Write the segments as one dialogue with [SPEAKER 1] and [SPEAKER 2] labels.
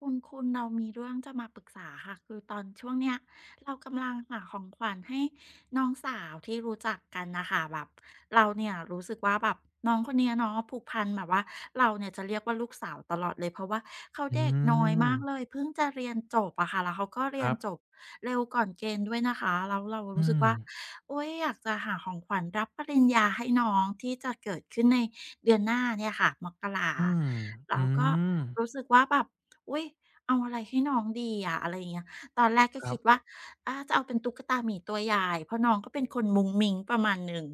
[SPEAKER 1] คุณเรามีเรื่องจะมาปรึกษาค่ะคือตอนช่วงเนี้ยเรากำลังหาของขวัญให้น้องสาวที่รู้จักกันนะคะแบบเราเนี่ยรู้สึกว่าแบบน้องคนเนี้ยเนาะผูกพันแบบว่าเราเนี่ยจะเรียกว่าลูกสาวตลอดเลยเพราะว่าเขา
[SPEAKER 2] อื
[SPEAKER 1] เด็กน้อยมากเลย
[SPEAKER 2] ม
[SPEAKER 1] เพิ่งจะเรียนจบอะค่ะแล้วเขาก็
[SPEAKER 2] ค
[SPEAKER 1] เรีย
[SPEAKER 2] รั
[SPEAKER 1] น
[SPEAKER 2] บ
[SPEAKER 1] จบเร็วก่อนเกณฑ์ด้วยนะคะแล้วเรา
[SPEAKER 2] อื
[SPEAKER 1] รู้สึก
[SPEAKER 2] ม
[SPEAKER 1] ว่าโอ๊ยอยากจะหาของขวัญรับปริญญาให้น้องที่จะเกิดขึ้นในเดือนหน้าเนี่ยค่ะมกรา
[SPEAKER 2] อืมอื
[SPEAKER 1] เราก็
[SPEAKER 2] ม
[SPEAKER 1] รู้สึกว่าแบบ อุ๊ยเอาอะไรให้น้องดีอะอะไรอย่างเงี้ยตอนแรกก็
[SPEAKER 2] ครั
[SPEAKER 1] คิ
[SPEAKER 2] บ
[SPEAKER 1] ดว่าอาจะเอาเป็นตุ๊กตาหมีตัวใหญ่เพราะน้องก็เป็นคนมุ้งมิ้งประมาณหนึ่ง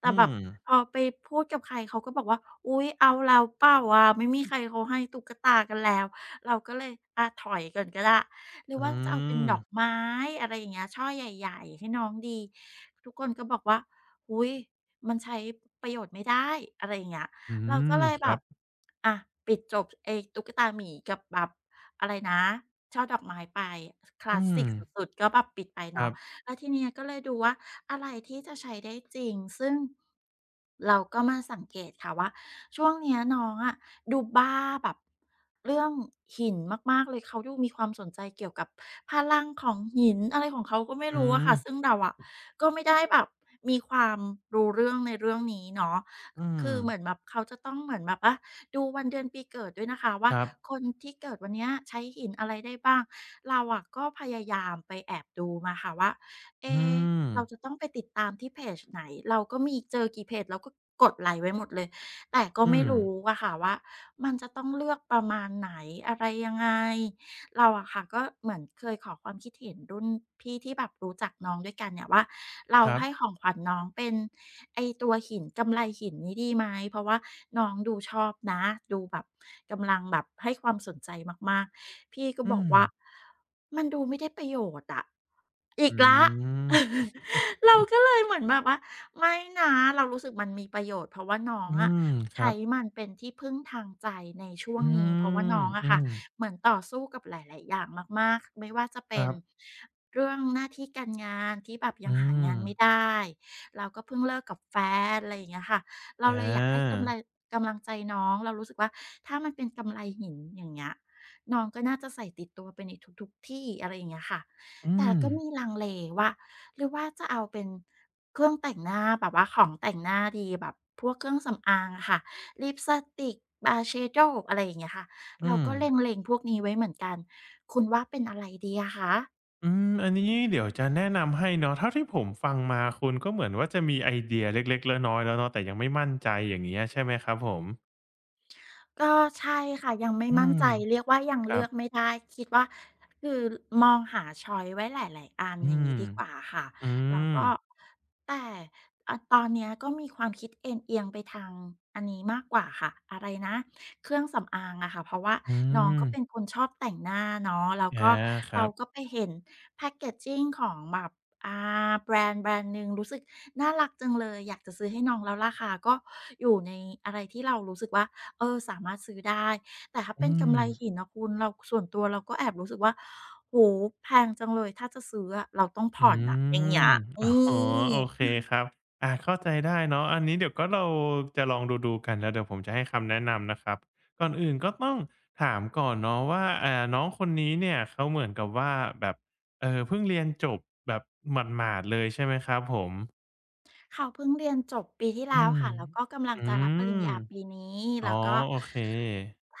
[SPEAKER 1] แต่
[SPEAKER 2] อื
[SPEAKER 1] แบบ
[SPEAKER 2] ม
[SPEAKER 1] พอไปพูดกับใครเขาก็บอกว่า อุ๊ยเอาแล้วเปล่าวะไม่มีใครเขาให้ตุ๊กตากันแล้ว เราก็เลยอาถอยก่อนก็ได้หรือ
[SPEAKER 2] อื
[SPEAKER 1] ว่าจะเอาเป็น
[SPEAKER 2] ม
[SPEAKER 1] ดอกไม้อะไรอย่างเงี้ย ช่อใหญ่ๆให้น้องดี ทุกคนก็บอกว่าอุ๊ยมันใช้ประโยชน์ไม่ได้อะไรอย่างเงี้ย
[SPEAKER 2] อื
[SPEAKER 1] เราก็
[SPEAKER 2] ม
[SPEAKER 1] เลย
[SPEAKER 2] ค
[SPEAKER 1] แบ
[SPEAKER 2] รั
[SPEAKER 1] บ
[SPEAKER 2] บ
[SPEAKER 1] อ่ะปิดจบไอ้ตุ๊กตาหมีกับแบบอะไรนะช่อดอกไม้ไปค
[SPEAKER 2] อื
[SPEAKER 1] ลาส
[SPEAKER 2] ม
[SPEAKER 1] สิกสุดๆก็แบบปิดไป
[SPEAKER 2] ค
[SPEAKER 1] เนาะ
[SPEAKER 2] รับ
[SPEAKER 1] แล้วทีเนี้ยก็เลยดูว่าอะไรที่จะใช้ได้จริงซึ่งเราก็มาสังเกตค่ะว่าช่วงเนี้ยน้องอะดูบ้าแบบเรื่องหินมากๆเลยเขาดูมีความสนใจเกี่ยวกับพลังของหินอะไรของเขาก็ไม่
[SPEAKER 2] อื
[SPEAKER 1] รู้อะ
[SPEAKER 2] ม
[SPEAKER 1] ค่ะซึ่งเราอะก็ไม่ได้แบบมีความรู้เรื่องในเรื่องนี้เนาะ
[SPEAKER 2] อืม
[SPEAKER 1] คือเหมือนแบบเขาจะต้องเหมือนแบบว่าดูวันเดือนปีเกิดด้วยนะคะว่า
[SPEAKER 2] ครับ
[SPEAKER 1] คนที่เกิดวันเนี้ยใช้หินอะไรได้บ้างเราอะก็พยายามไปแอบดูมาค่ะว่าเอ
[SPEAKER 2] อื
[SPEAKER 1] ะ
[SPEAKER 2] ม
[SPEAKER 1] เราจะต้องไปติดตามที่เพจไหนเราก็มีเจอกี่เพจเราก็กดไลค์ไว้หมดเลยแต่ก็
[SPEAKER 2] อื
[SPEAKER 1] ไม่
[SPEAKER 2] ม
[SPEAKER 1] รู้อะค่ะว่ามันจะต้องเลือกประมาณไหนอะไรยังไง เราอะค่ะก็เหมือนเคยขอความคิดเห็นรุ่นพี่ที่แบบรู้จักน้องด้วยกันเนี่ยว่าเรา
[SPEAKER 2] ครั
[SPEAKER 1] ให้
[SPEAKER 2] บ
[SPEAKER 1] ของขวัญน้องเป็นไอตัวหินกำไลหินนี้ดีไหมเพราะว่าน้องดูชอบนะดูแบบกำลังแบบให้ความสนใจมากๆพี่ก็
[SPEAKER 2] อื
[SPEAKER 1] บอก
[SPEAKER 2] ม
[SPEAKER 1] ว่ามันดูไม่ได้ประโยชน์อะอี
[SPEAKER 2] อื
[SPEAKER 1] กแล้ว
[SPEAKER 2] ม
[SPEAKER 1] เราก็เลยเหมือนแบบว่าไม่นะเรารู้สึกมันมีประโยชน์เพราะว่าน้อง
[SPEAKER 2] อื
[SPEAKER 1] อะ
[SPEAKER 2] มครั
[SPEAKER 1] ใช้
[SPEAKER 2] บ
[SPEAKER 1] มันเป็นที่พึ่งทางใจในช่ว
[SPEAKER 2] อื
[SPEAKER 1] งนี้เพราะว่า
[SPEAKER 2] ม
[SPEAKER 1] น้องอะ
[SPEAKER 2] อื
[SPEAKER 1] ค่ะ
[SPEAKER 2] ม
[SPEAKER 1] เหมือนต่อสู้กับหลายๆอย่างมากๆไม่ว่าจะ
[SPEAKER 2] ค
[SPEAKER 1] เป็
[SPEAKER 2] รั
[SPEAKER 1] น
[SPEAKER 2] บ
[SPEAKER 1] เรื่องหน้าที่การงานที่แบบยัง
[SPEAKER 2] อื
[SPEAKER 1] หา
[SPEAKER 2] ม
[SPEAKER 1] งานไม่ได้เราก็เพิ่งเลิกกับแฟนอะไรอย่างเงี้ยค่ะเรา
[SPEAKER 2] อ
[SPEAKER 1] เลยอยากให้กำ
[SPEAKER 2] า
[SPEAKER 1] ไรกำลังใจน้องเรารู้สึกว่าถ้ามันเป็นกำไรหินอย่างเงี้ยน้องก็น่าจะใส่ติดตัวไปในทุกๆที่อะไรอย่างเงี้ยค่ะ
[SPEAKER 2] อื
[SPEAKER 1] แต่
[SPEAKER 2] ม
[SPEAKER 1] ก็มีลังเลว่าหรือว่าจะเอาเป็นเครื่องแต่งหน้าแบบว่าของแต่งหน้าดีแบบพวกเครื่องสำอางอะค่ะลิปสติก eyeshadow อะไรอย่างเงี้ยค่ะ เรา
[SPEAKER 2] อืม
[SPEAKER 1] ก็เล็งๆพวกนี้ไว้เหมือนกันคุณว่าเป็นอะไรดีอะคะ
[SPEAKER 2] อันนี้เดี๋ยวจะแนะนำให้เนาะเท่าที่ผมฟังมาคุณก็เหมือนว่าจะมีไอเดียเล็กๆน้อยๆแล้วเนาะแต่ยังไม่มั่นใจอย่างเงี้ยใช่ไหมครับผม
[SPEAKER 1] ก็ใช่ค่ะยังไม่
[SPEAKER 2] อื
[SPEAKER 1] มั่น
[SPEAKER 2] ม
[SPEAKER 1] ใจเรียกว่ายัง
[SPEAKER 2] ครั
[SPEAKER 1] เลื
[SPEAKER 2] บ
[SPEAKER 1] อกไม่ได้คิดว่าคือมองหาช็อยซ์ไว้หลายๆอัน
[SPEAKER 2] อื
[SPEAKER 1] อย่าง
[SPEAKER 2] ม
[SPEAKER 1] งี้ดีกว่าค่ะ
[SPEAKER 2] อื
[SPEAKER 1] แล้ว
[SPEAKER 2] ม
[SPEAKER 1] ก็แต่อะตอนเนี้ยก็มีความคิดเอนเอียงไปทางอันนี้มากกว่าค่ะอะไรนะเครื่องสำอางอะค่ะเพราะว่า
[SPEAKER 2] อื
[SPEAKER 1] น้อง
[SPEAKER 2] ม
[SPEAKER 1] ก็เป็นคนชอบแต่งหน้าเนาะแล้ว
[SPEAKER 2] อา
[SPEAKER 1] ก็
[SPEAKER 2] ค
[SPEAKER 1] เรา
[SPEAKER 2] รับ
[SPEAKER 1] ก็ไปเห็นแพ็กเกจจิงของแบบแบรนด์แบรนด์หนึ่งรู้สึกน่ารักจังเลยอยากจะซื้อให้น้องแล้วราคาก็อยู่ในอะไรที่เรารู้สึกว่า เออสามารถซื้อได้แต่ถ้า
[SPEAKER 2] อื
[SPEAKER 1] เป็นกำ
[SPEAKER 2] ม
[SPEAKER 1] ไลหินอะคุณเราส่วนตัวเราก็แอบรู้สึกว่าโอ้โฮแพงจังเลยถ้าจะซื้ออะเราต้อง
[SPEAKER 2] อื
[SPEAKER 1] ผ่อนอะอย่างเงี้
[SPEAKER 2] ม
[SPEAKER 1] ยอื
[SPEAKER 2] อ๋อ
[SPEAKER 1] ม
[SPEAKER 2] โอเคครับอ่าเข้าใจได้เนาะ อันนี้เดี๋ยวก็เราจะลองดูๆกันแล้วเดี๋ยวผมจะให้คำแนะนำนะครับ ก่อนอื่นก็ต้องถามก่อนเนาะว่าอ่าน้องคนนี้เนี่ยเขาเหมือนกับว่าแบบเพิ่งเรียนจบแบบหมาดๆเลยใช่ไหมครับผม
[SPEAKER 1] เขาเพิ่งเรียนจบปีที่
[SPEAKER 2] อื
[SPEAKER 1] แล้ว
[SPEAKER 2] ม
[SPEAKER 1] ค่ะแล้วก็กำลัง
[SPEAKER 2] อื
[SPEAKER 1] จะรับปริญ
[SPEAKER 2] ม
[SPEAKER 1] ญาปีนี้
[SPEAKER 2] อ๋อ
[SPEAKER 1] แล้วก็
[SPEAKER 2] โอเค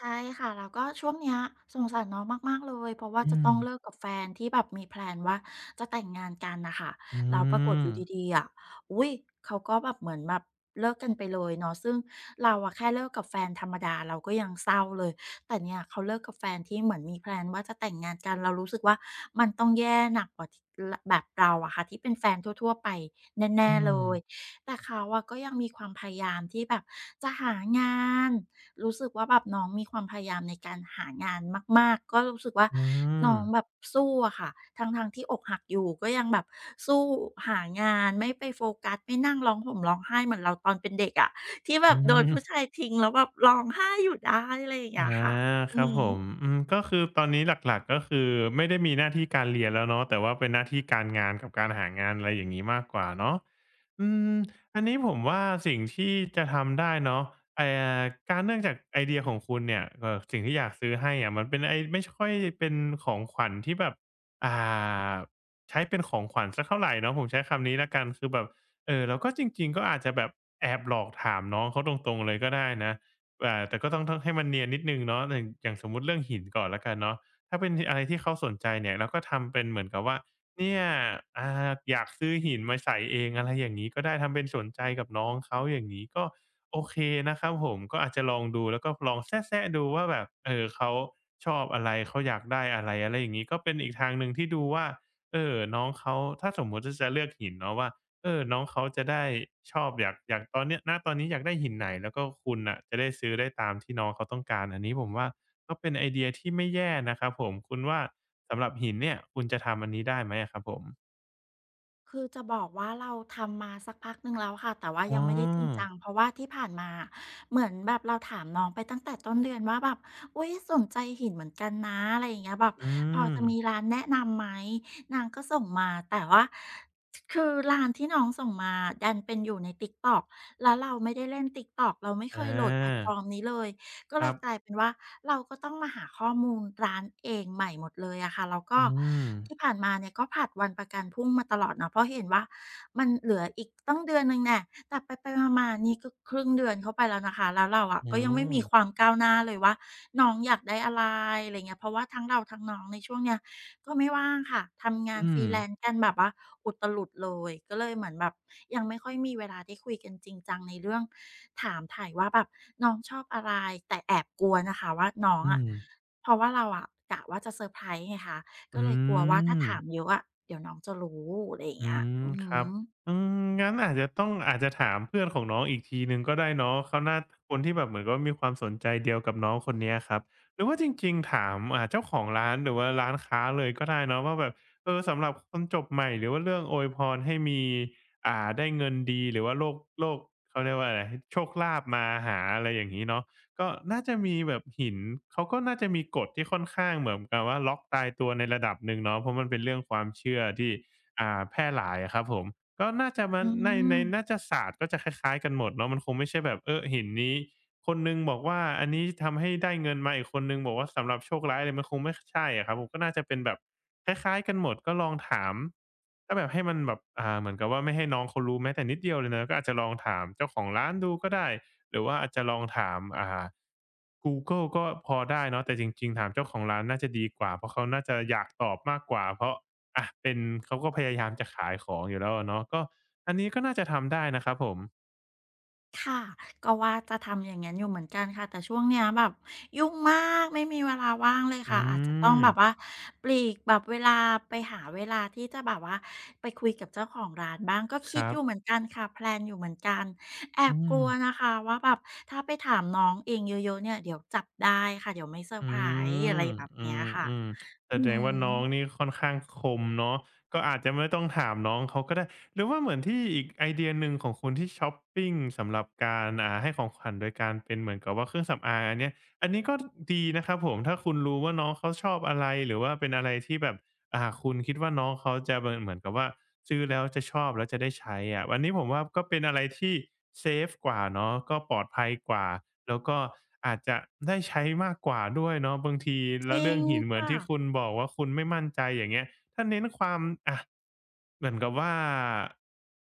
[SPEAKER 1] ใช่ค่ะแล้วก็ช่วงเนี้ยสงสารน้องมากๆเลยเพราะว่า
[SPEAKER 2] อื
[SPEAKER 1] จะต้
[SPEAKER 2] ม
[SPEAKER 1] องเลิกกับแฟนที่แบบมีแพลนว่าจะแต่งงานกันน่ะค่ะ
[SPEAKER 2] อื
[SPEAKER 1] แล้วปรากฏอ
[SPEAKER 2] ม
[SPEAKER 1] ยู่ดีๆอะอุ๊ยเขาก็แบบเหมือนแบบเลิกกันไปเลยเนาะซึ่งเราอะแค่เลิกกับแฟนธรรมดาเราก็ยังเศร้าเลยแต่เนี่ยเขาเลิกกับแฟนที่เหมือนมีแพลนว่าจะแต่งงานกันเรารู้สึกว่ามันต้องแย่หนักกว่าทลแบบเราอะค่ะที่เป็นแฟนทั่วๆไป
[SPEAKER 2] อื
[SPEAKER 1] แน่ๆเล
[SPEAKER 2] ม
[SPEAKER 1] ย แต่เขาอะก็ยังมีความพยายามที่แบบจะหางานรู้สึกว่าแบบน้องมีความพยายามในการหางานมากๆก็รู้สึกว่า
[SPEAKER 2] อื
[SPEAKER 1] น้
[SPEAKER 2] ม
[SPEAKER 1] องแบบสู้อะค่ะทั้งๆที่อกหักอยู่ก็ยังแบบสู้หางานไม่ไปโฟกัสไม่นั่งร้องห่มร้องไห้เหมือนเราตอนเป็นเด็กอะที่แบ
[SPEAKER 2] อื
[SPEAKER 1] บโดนผู้
[SPEAKER 2] ม
[SPEAKER 1] ชายทิ้งแล้วแบบร้องไห้อยู่ได้อะไรอย่างเงี้
[SPEAKER 2] อา
[SPEAKER 1] ยค่ะอื
[SPEAKER 2] ครับ
[SPEAKER 1] อ
[SPEAKER 2] ผม
[SPEAKER 1] ฮึ
[SPEAKER 2] ก็คือตอนนี้หลักๆก็คือไม่ได้มีหน้าที่การเรียนแล้วเนาะแต่ว่าเป็นหน้าที่การงานกับการหางานอะไรอย่างงี้มากกว่าเนาะอืมอันนี้ผมว่าสิ่งที่จะทำได้เนาะเอ่อการเนื่องจากไอเดียของคุณเนี่ยสิ่งที่อยากซื้อให้อะมันเป็นไอไม่ค่อยเป็นของขวัญที่แบบอ่าใช้เป็นของขวัญสักเท่าไรเนาะผมใช้คำนี้แล้วกันคือแบบเราก็จริงๆก็อาจจะแบบแอบหลอกถามน้องเขาตรงๆเลยก็ได้นะ แต่ก็ต้องให้มันเนียนนิดหนึ่งเนาะอย่างสมมุติเรื่องหินก่อนแล้วกันเนาะถ้าเป็นทอะไรที่เขาสนใจเนี่ยเราก็ทำเป็นเหมือนกับว่าเนี่ยอยากซื้อหินมาใส่เองอะไรอย่างงี้ก็ได้ทำเป็นสนใจกับน้องเขาอย่างงี้ก็โอเคนะครับผมก็อาจจะลองดูแล้วก็ลองแซะๆดูว่าแบบเขาชอบอะไรเขาอยากได้อะไรอะไรอย่างงี้ก็เป็นอีกทางหนึ่งที่ดูว่าน้องเขาถ้าสมมุติจะเลือกหินเนาะว่า เออน้องเขาจะได้ชอบอยากตอนเนี้ยณตอนนี้อยากได้หินไหนแล้วก็คุณน่ะจะได้ซื้อได้ตามที่น้องเขาต้องการอันนี้ผมว่าก็เป็นไอเดียที่ไม่แย่นะครับผมคุณว่าสำหรับหินเนี่ยคุณจะทำอันนี้ได้ไหมอะครับผม
[SPEAKER 1] คือจะบอกว่าเราทำมาสักพักหนึ่งแล้วค่ะแต่ว่า
[SPEAKER 2] อ๋
[SPEAKER 1] ยังไม่ได้จริงจั
[SPEAKER 2] อ
[SPEAKER 1] งเพราะว่าที่ผ่านมาเหมือนแบบเราถามน้องไปตั้งแต่ต้นเดือนว่าแบบอุ๊ยสนใจหินเหมือนกันนะอะไรอย่างเงี้ยแบบ
[SPEAKER 2] อื
[SPEAKER 1] พอ
[SPEAKER 2] ม
[SPEAKER 1] จะมีร้านแนะนำไหมนางก็ส่งมาแต่ว่าคือร้านที่น้องส่งมาดันเป็นอยู่ใน TikTok แล้วเราไม่ได้เล่น TikTok เราไม่เค
[SPEAKER 2] อ
[SPEAKER 1] ยโหลดแพลตฟอ
[SPEAKER 2] า
[SPEAKER 1] ร์มนี้เลย ก็
[SPEAKER 2] ค
[SPEAKER 1] เล
[SPEAKER 2] รั
[SPEAKER 1] ยกลาย
[SPEAKER 2] บ
[SPEAKER 1] เป็นว่าเราก็ต้องมาหาข้อมูลร้านเองใหม่หมดเลยอะค่ะแล้วก็
[SPEAKER 2] อืม
[SPEAKER 1] ที่ผ่านมาเนี่ยก็ผลัดวันประกันพรุ่งมาตลอดเนาะเพราะเห็นว่ามันเหลืออีกตั้งเดือนหนึ่งแน่แต่ไปๆมาๆนี่ก็ครึ่งเดือนเข้าไปแล้วนะคะแล้วเราอะ
[SPEAKER 2] อื
[SPEAKER 1] ก็ยังไม่
[SPEAKER 2] ม
[SPEAKER 1] มีความก้าวหน้าเลยว่าน้องอยากได้อะไรอะไรเงี้ยเพราะว่าทั้งเราทั้งน้องในช่วงเนี้ย ก็ไม่ว่างค่ะ ทำงาน
[SPEAKER 2] อื
[SPEAKER 1] ฟรี
[SPEAKER 2] ม
[SPEAKER 1] แลนซ์กันแบบว่าอุตลุดเลย ก็เลยเหมือนแบบยังไม่ค่อยมีเวลาได้คุยกันจริงจังในเรื่องถามไถ่ายว่าแบบน้องชอบอะไรแต่แอบกลัวนะคะว่าน้อง
[SPEAKER 2] อื
[SPEAKER 1] อะ
[SPEAKER 2] ม
[SPEAKER 1] เพราะว่าเราอะกะว่าจะเซอร์ไพรส์ไงคะก็
[SPEAKER 2] อื
[SPEAKER 1] เลยกลัวว่าถ้า
[SPEAKER 2] ม
[SPEAKER 1] ถามเยอะอะเดี๋ยวน้องจะรู้อะไรอย่าง
[SPEAKER 2] อื
[SPEAKER 1] เงี้ย
[SPEAKER 2] ม
[SPEAKER 1] อือ
[SPEAKER 2] ค
[SPEAKER 1] ฮึ
[SPEAKER 2] รับอืมงั้นอาจจะต้องอาจจะถามเพื่อนของน้องอีกทีหนึ่งก็ได้เนาะเขาน่าคนที่แบบเหมือนกับว่ามีความสนใจเดียวกับน้องคนเนี้ยครับหรือว่าจริงๆถามเจ้าของร้านหรือว่าร้านค้าเลยก็ได้เนาะว่าแบบเออสำหรับคนจบใหม่หรือว่าเรื่องอวยพรให้มีได้เงินดีหรือว่าโรคเขาเรียกว่าอะไรโชคลาภมาหาอะไรอย่างงี้เนาะก็น่าจะมีแบบหินเขาก็น่าจะมีกฎที่ค่อนข้างเหมือนกับว่าล็อกตายตัวในระดับหนึ่งเนาะเพราะมันเป็นเรื่องความเชื่อที่ แพร่หลายอะครับผมก็น่าจะมา
[SPEAKER 1] อื
[SPEAKER 2] ใน
[SPEAKER 1] ม
[SPEAKER 2] นาฏศาสตร์ก็จะคล้ายๆกันหมดเนาะมันคงไม่ใช่แบบเออหินนี้คนหนึ่งบอกว่าอันนี้ทำให้ได้เงินมาอีกคนหนึ่งบอกว่าสำหรับโชคร้ายเลยมันคงไม่คใช่อะครับผมก็น่าจะเป็นแบบคล้ายๆกันหมดก็ลองถามถ้าแบบให้มันแบบเหมือนกับว่าไม่ให้น้องเขารู้แม้แต่นิดเดียวเลยนะก็อาจจะลองถามเจ้าของร้านดูก็ได้หรือว่าอาจจะลองถามGoogle ก็พอได้เนาะแต่จริงๆถามเจ้าของร้านน่าจะดีกว่าเพราะเขาน่าจะอยากตอบมากกว่าเพราะ อะเป็นเขาก็พยายามจะขายของอยู่แล้วอะเนาะก็อันนี้ก็น่าจะทำได้นะครับผม
[SPEAKER 1] ค่ะก็ว่าจะทำอย่างนั้นอยู่เหมือนกันค่ะแต่ช่วงเนี้ยแบบยุ่งมากไม่มีเวลาว่างเลย
[SPEAKER 2] อื
[SPEAKER 1] ค่ะอาจจะต้อง
[SPEAKER 2] ม
[SPEAKER 1] แบบว่าปลีกแบบเวลาไปหาเวลาที่จะแบบว่าไปคุยกับเจ้าของร้านบ้างก็
[SPEAKER 2] ค
[SPEAKER 1] คิด
[SPEAKER 2] รั
[SPEAKER 1] อยู่เหมือ
[SPEAKER 2] บ
[SPEAKER 1] นกันค่ะแพลนอยู่เหมือนกันแอ
[SPEAKER 2] อื
[SPEAKER 1] บก
[SPEAKER 2] ม
[SPEAKER 1] ลัวนะคะว่าแบบถ้าไปถามน้องเองเยอะๆเนี่ยเดี๋ยวจับได้ค่ะเดี๋ยวไม่เซอร์ไพ
[SPEAKER 2] อื
[SPEAKER 1] รส์อะไร
[SPEAKER 2] ม
[SPEAKER 1] แบบ
[SPEAKER 2] อื
[SPEAKER 1] เนี้ยค่ะ
[SPEAKER 2] มๆแส
[SPEAKER 1] อื
[SPEAKER 2] ดงว่าน้อง
[SPEAKER 1] ม
[SPEAKER 2] นี่ค่อนข้างคมเนาะก็อาจจะไม่ต้องถามน้องเขาก็ได้หรือว่าเหมือนที่อีกไอเดียหนึ่งของคุณที่ช็อปปิงสำหรับการให้ของขวัญโดยการเป็นเหมือนกับว่าเครื่องสำอางอันเนี้ยอันนี้ก็ดีนะครับผมถ้าคุณรู้ว่าน้องเขาชอบอะไรหรือว่าเป็นอะไรที่แบบ คุณคิดว่าน้องเขาจะเหมือนกับว่าซื้อแล้วจะชอบแล้วจะได้ใช้อะอันนี้ผมว่าก็เป็นอะไรที่เซฟกว่าเนาะก็ปลอดภัยกว่าแล้วก็อาจจะได้ใช้มากกว่าด้วยเนาะบางที
[SPEAKER 1] จ
[SPEAKER 2] แล้ว
[SPEAKER 1] ริ
[SPEAKER 2] เรื่อ
[SPEAKER 1] ง
[SPEAKER 2] งหินเหมือน
[SPEAKER 1] ค่ะ
[SPEAKER 2] ที่คุณบอกว่าคุณไม่มั่นใจอย่างเงี้ยถ้าเน้นความอะเหมือนกับว่า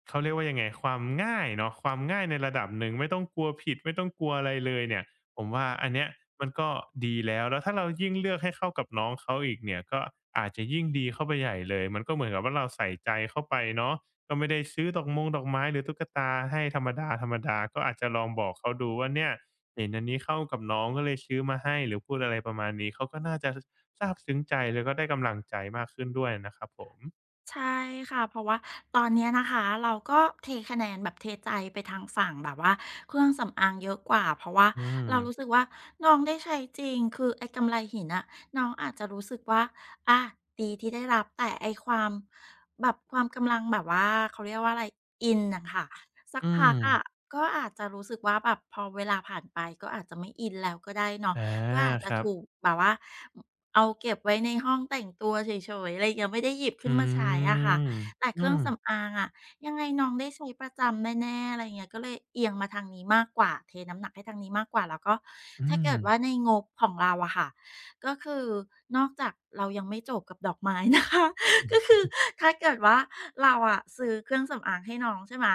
[SPEAKER 2] เขาเรียกว่ายังไงความง่ายเนาะความง่ายในระดับหนึ่งไม่ต้องกลัวผิดไม่ต้องกลัวอะไรเลยเนี่ย ผมว่าอันเนี้ยมันก็ดีแล้ว แล้วถ้าเรายิ่งเลือกให้เข้ากับน้องเขาอีกเนี่ยก็อาจจะยิ่งดีเข้าไปใหญ่เลยมันก็เหมือนกับว่าเราใส่ใจเข้าไปเนาะก็ไม่ได้ซื้อดอกมงดอกไม้หรือตุ๊กตาให้ธรรมดาๆก็อาจจะลองบอกเขาดูว่าเนี่ยเห็นอันนี้เข้ากับน้องก็เลยซื้อมาให้หรือพูดอะไรประมาณนี้เขาก็น่าจะซาบซึ้งใจแล้วก็ได้กำลังใจมากขึ้นด้วยนะครับผม
[SPEAKER 1] ใช่ค่ะเพราะว่าตอนเนี้ยนะคะเราก็เทคะแนนแบบเทใจไปทางฝั่งแบบว่าเครื่องสำอางเยอะกว่าเพราะว่า
[SPEAKER 2] อืม
[SPEAKER 1] เรารู้สึกว่าน้องได้ใช้จริงคือไอ้กำไรหินอะน้องอาจจะรู้สึกว่าอะดีที่ได้รับแต่ไอ้ความแบบความกำลังแบบว่าเขาเรียกว่าอะไรอินน่ะค่ะสัก
[SPEAKER 2] อื
[SPEAKER 1] พั
[SPEAKER 2] ม
[SPEAKER 1] กอะก็อาจจะรู้สึกว่าแบบพอเวลาผ่านไปก็อาจจะไม่อินแล้วก็ได้เนาะ
[SPEAKER 2] อา
[SPEAKER 1] ก็อาจ
[SPEAKER 2] ค
[SPEAKER 1] จะ
[SPEAKER 2] รับ
[SPEAKER 1] ถูกแบบว่า เอาเก็บไว้ในห้องแต่งตัวเฉยๆอะไรอย่างเงี้ยไม่ได้หยิบ
[SPEAKER 2] อื
[SPEAKER 1] ขึ้นมาใช้อะค่ะ
[SPEAKER 2] ม
[SPEAKER 1] แต่เค
[SPEAKER 2] อื
[SPEAKER 1] รื่อง
[SPEAKER 2] ม
[SPEAKER 1] สำอางอะยังไงน้องได้ใช้ประจำแน่ๆอะไรอย่างเงี้ยก็เลยเอียงมาทางนี้มากกว่าเทน้ำหนักให้ทางนี้มากกว่าแล้วก็
[SPEAKER 2] อื
[SPEAKER 1] ถ้าเกิ
[SPEAKER 2] ม
[SPEAKER 1] ดว่าในงบของเราอะค่ะก็คือนอกจากเรายังไม่จบกับดอกไม้นะคะ ก็คือถ้าเกิดว่าเราอะซื้อเครื่องสำอางให้น้องใช่ไหม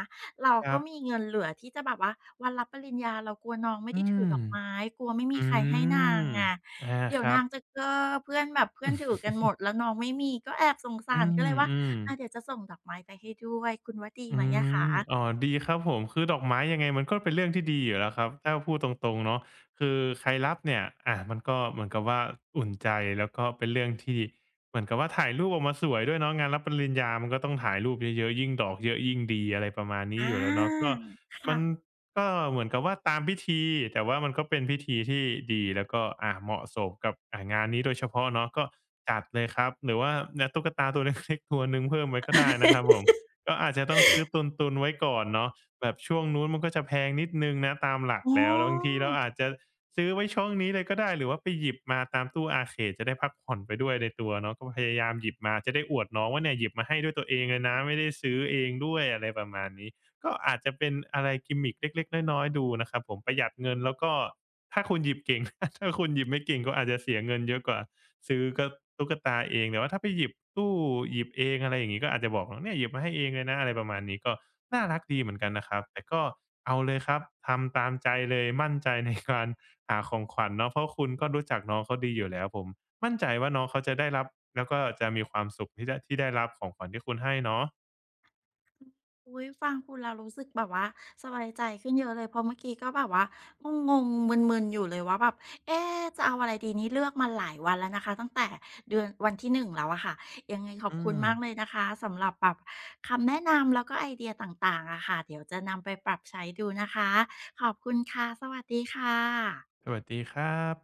[SPEAKER 1] เรา
[SPEAKER 2] ค
[SPEAKER 1] ก็
[SPEAKER 2] รั
[SPEAKER 1] มี
[SPEAKER 2] บ
[SPEAKER 1] เงินเหลือที่จะแบบว่าวันรับปริญญาเรากลัวน้องไม่
[SPEAKER 2] อื
[SPEAKER 1] ได้ถือ
[SPEAKER 2] ม
[SPEAKER 1] ดอกไม้กลัวไม่มี
[SPEAKER 2] อื
[SPEAKER 1] ใครให้นา
[SPEAKER 2] ม
[SPEAKER 1] งไง
[SPEAKER 2] อา
[SPEAKER 1] เดี๋
[SPEAKER 2] ค
[SPEAKER 1] ยว
[SPEAKER 2] รั
[SPEAKER 1] นา
[SPEAKER 2] บ
[SPEAKER 1] งจะเ็อเพื่อนแบบเพื่อนถื
[SPEAKER 2] อื
[SPEAKER 1] อกันหมดแล้วน้องไม่มีก็แอบสง
[SPEAKER 2] ม
[SPEAKER 1] สารก็เลยว่า
[SPEAKER 2] อืม
[SPEAKER 1] อาเดี๋ยวจะส่งดอกไม้ไปให้ด้วยคุณว่าดี
[SPEAKER 2] อื
[SPEAKER 1] ไหมอะ
[SPEAKER 2] ม
[SPEAKER 1] คะ
[SPEAKER 2] อ๋อดีครับผมคือดอกไม้ยังไงมันก็เป็นเรื่องที่ดีอยู่แล้วครับถ้าพูดตรงๆเนาะคือใครรับเนี่ยอามันก็เหมือนกับว่าอุ่นใจแล้วก็เป็นเรื่องที่เหมือนกับว่าถ่ายรูปออกมาสวยด้วยเนาะงานรับปริญญามันก็ต้องถ่ายรูปเยอะๆยิ่งดอกเยอะยิ่งดีอะไรประมาณนี้อ
[SPEAKER 1] อา
[SPEAKER 2] ยู่แล้วเนาะก็มั
[SPEAKER 1] ค่ะ
[SPEAKER 2] นก็เหมือนกับว่าตามพิธีแต่ว่ามันก็เป็นพิธีที่ดีแล้วก็เหมาะสมกับงานนี้โดยเฉพาะเนาะก็จัดเลยครับหรือว่าเนี่ยตุ๊กตาตัว เล็กๆตัวหนึ่งเพิ่มไว้ก็ได้นะครับผม ก็อาจจะต้องซื้อตุนๆไว้ก่อนเนาะแบบช่วงนู้นมันก็จะแพงนิดนึงนะตามหลัก
[SPEAKER 1] อ๋อ
[SPEAKER 2] แล้วแล้วบางทีเราอาจจะซื้อไว้ช่วงนี้เลยก็ได้หรือว่าไปหยิบมาตามตู้เขตจะได้พักผ่อนไปด้วยในตัวเนาะก็พยายามหยิบมาจะได้อวดน้องว่าเนี่ยหยิบมาให้ด้วยตัวเองเลยนะไม่ได้ซื้อเองด้วยอะไรประมาณนี้ ก็อาจจะเป็นอะไรกิมมิกเล็กๆน้อยๆดูนะครับผมประหยัดเงินแล้วก็ถ้าคุณหยิบเก่ง ถ้าคุณหยิบไม่เก่งก็อาจจะเสียเงินเยอะกว่าซื้อก็ตุ๊กตาเองแต่ว่าถ้าไปหยิบตู้หยิบเองอะไรอย่างงี้ก็อาจจะบอกเนี่ยหยิบมาให้เองเลยนะอะไรประมาณนี้ก็น่ารักดีเหมือนกันนะครับแต่ก็เอาเลยครับทำตามใจเลยมั่นใจในการหาของขวัญเนาะเพราะคุณก็รู้จักน้องเขาดีอยู่แล้วผมมั่นใจว่าน้องเขาจะได้รับแล้วก็จะมีความสุขที่ได้ที่ได้รับของขวัญที่คุณให้เนาะ
[SPEAKER 1] อุ๊ยฟังคุณแล้วรู้สึกแบบว่าสบายใจขึ้นเยอะเลยเพราะเมื่อกี้ก็แบบว่างงๆมึนๆอยู่เลยว่าแบบเอ๊ะจะเอาอะไรดีนี้เลือกมาหลายวันแล้วนะคะตั้งแต่เดือนวันที่1แล้วอะค่ะยังไงขอบ
[SPEAKER 2] อื
[SPEAKER 1] คุณ
[SPEAKER 2] ม
[SPEAKER 1] มากเลยนะคะสำหรับแบบคำแนะนำแล้วก็ไอเดียต่างๆอะค่ะเดี๋ยวจะนำไปปรับใช้ดูนะคะขอบคุณค่ะสวัสดีค่ะ
[SPEAKER 2] สวัสดีครับ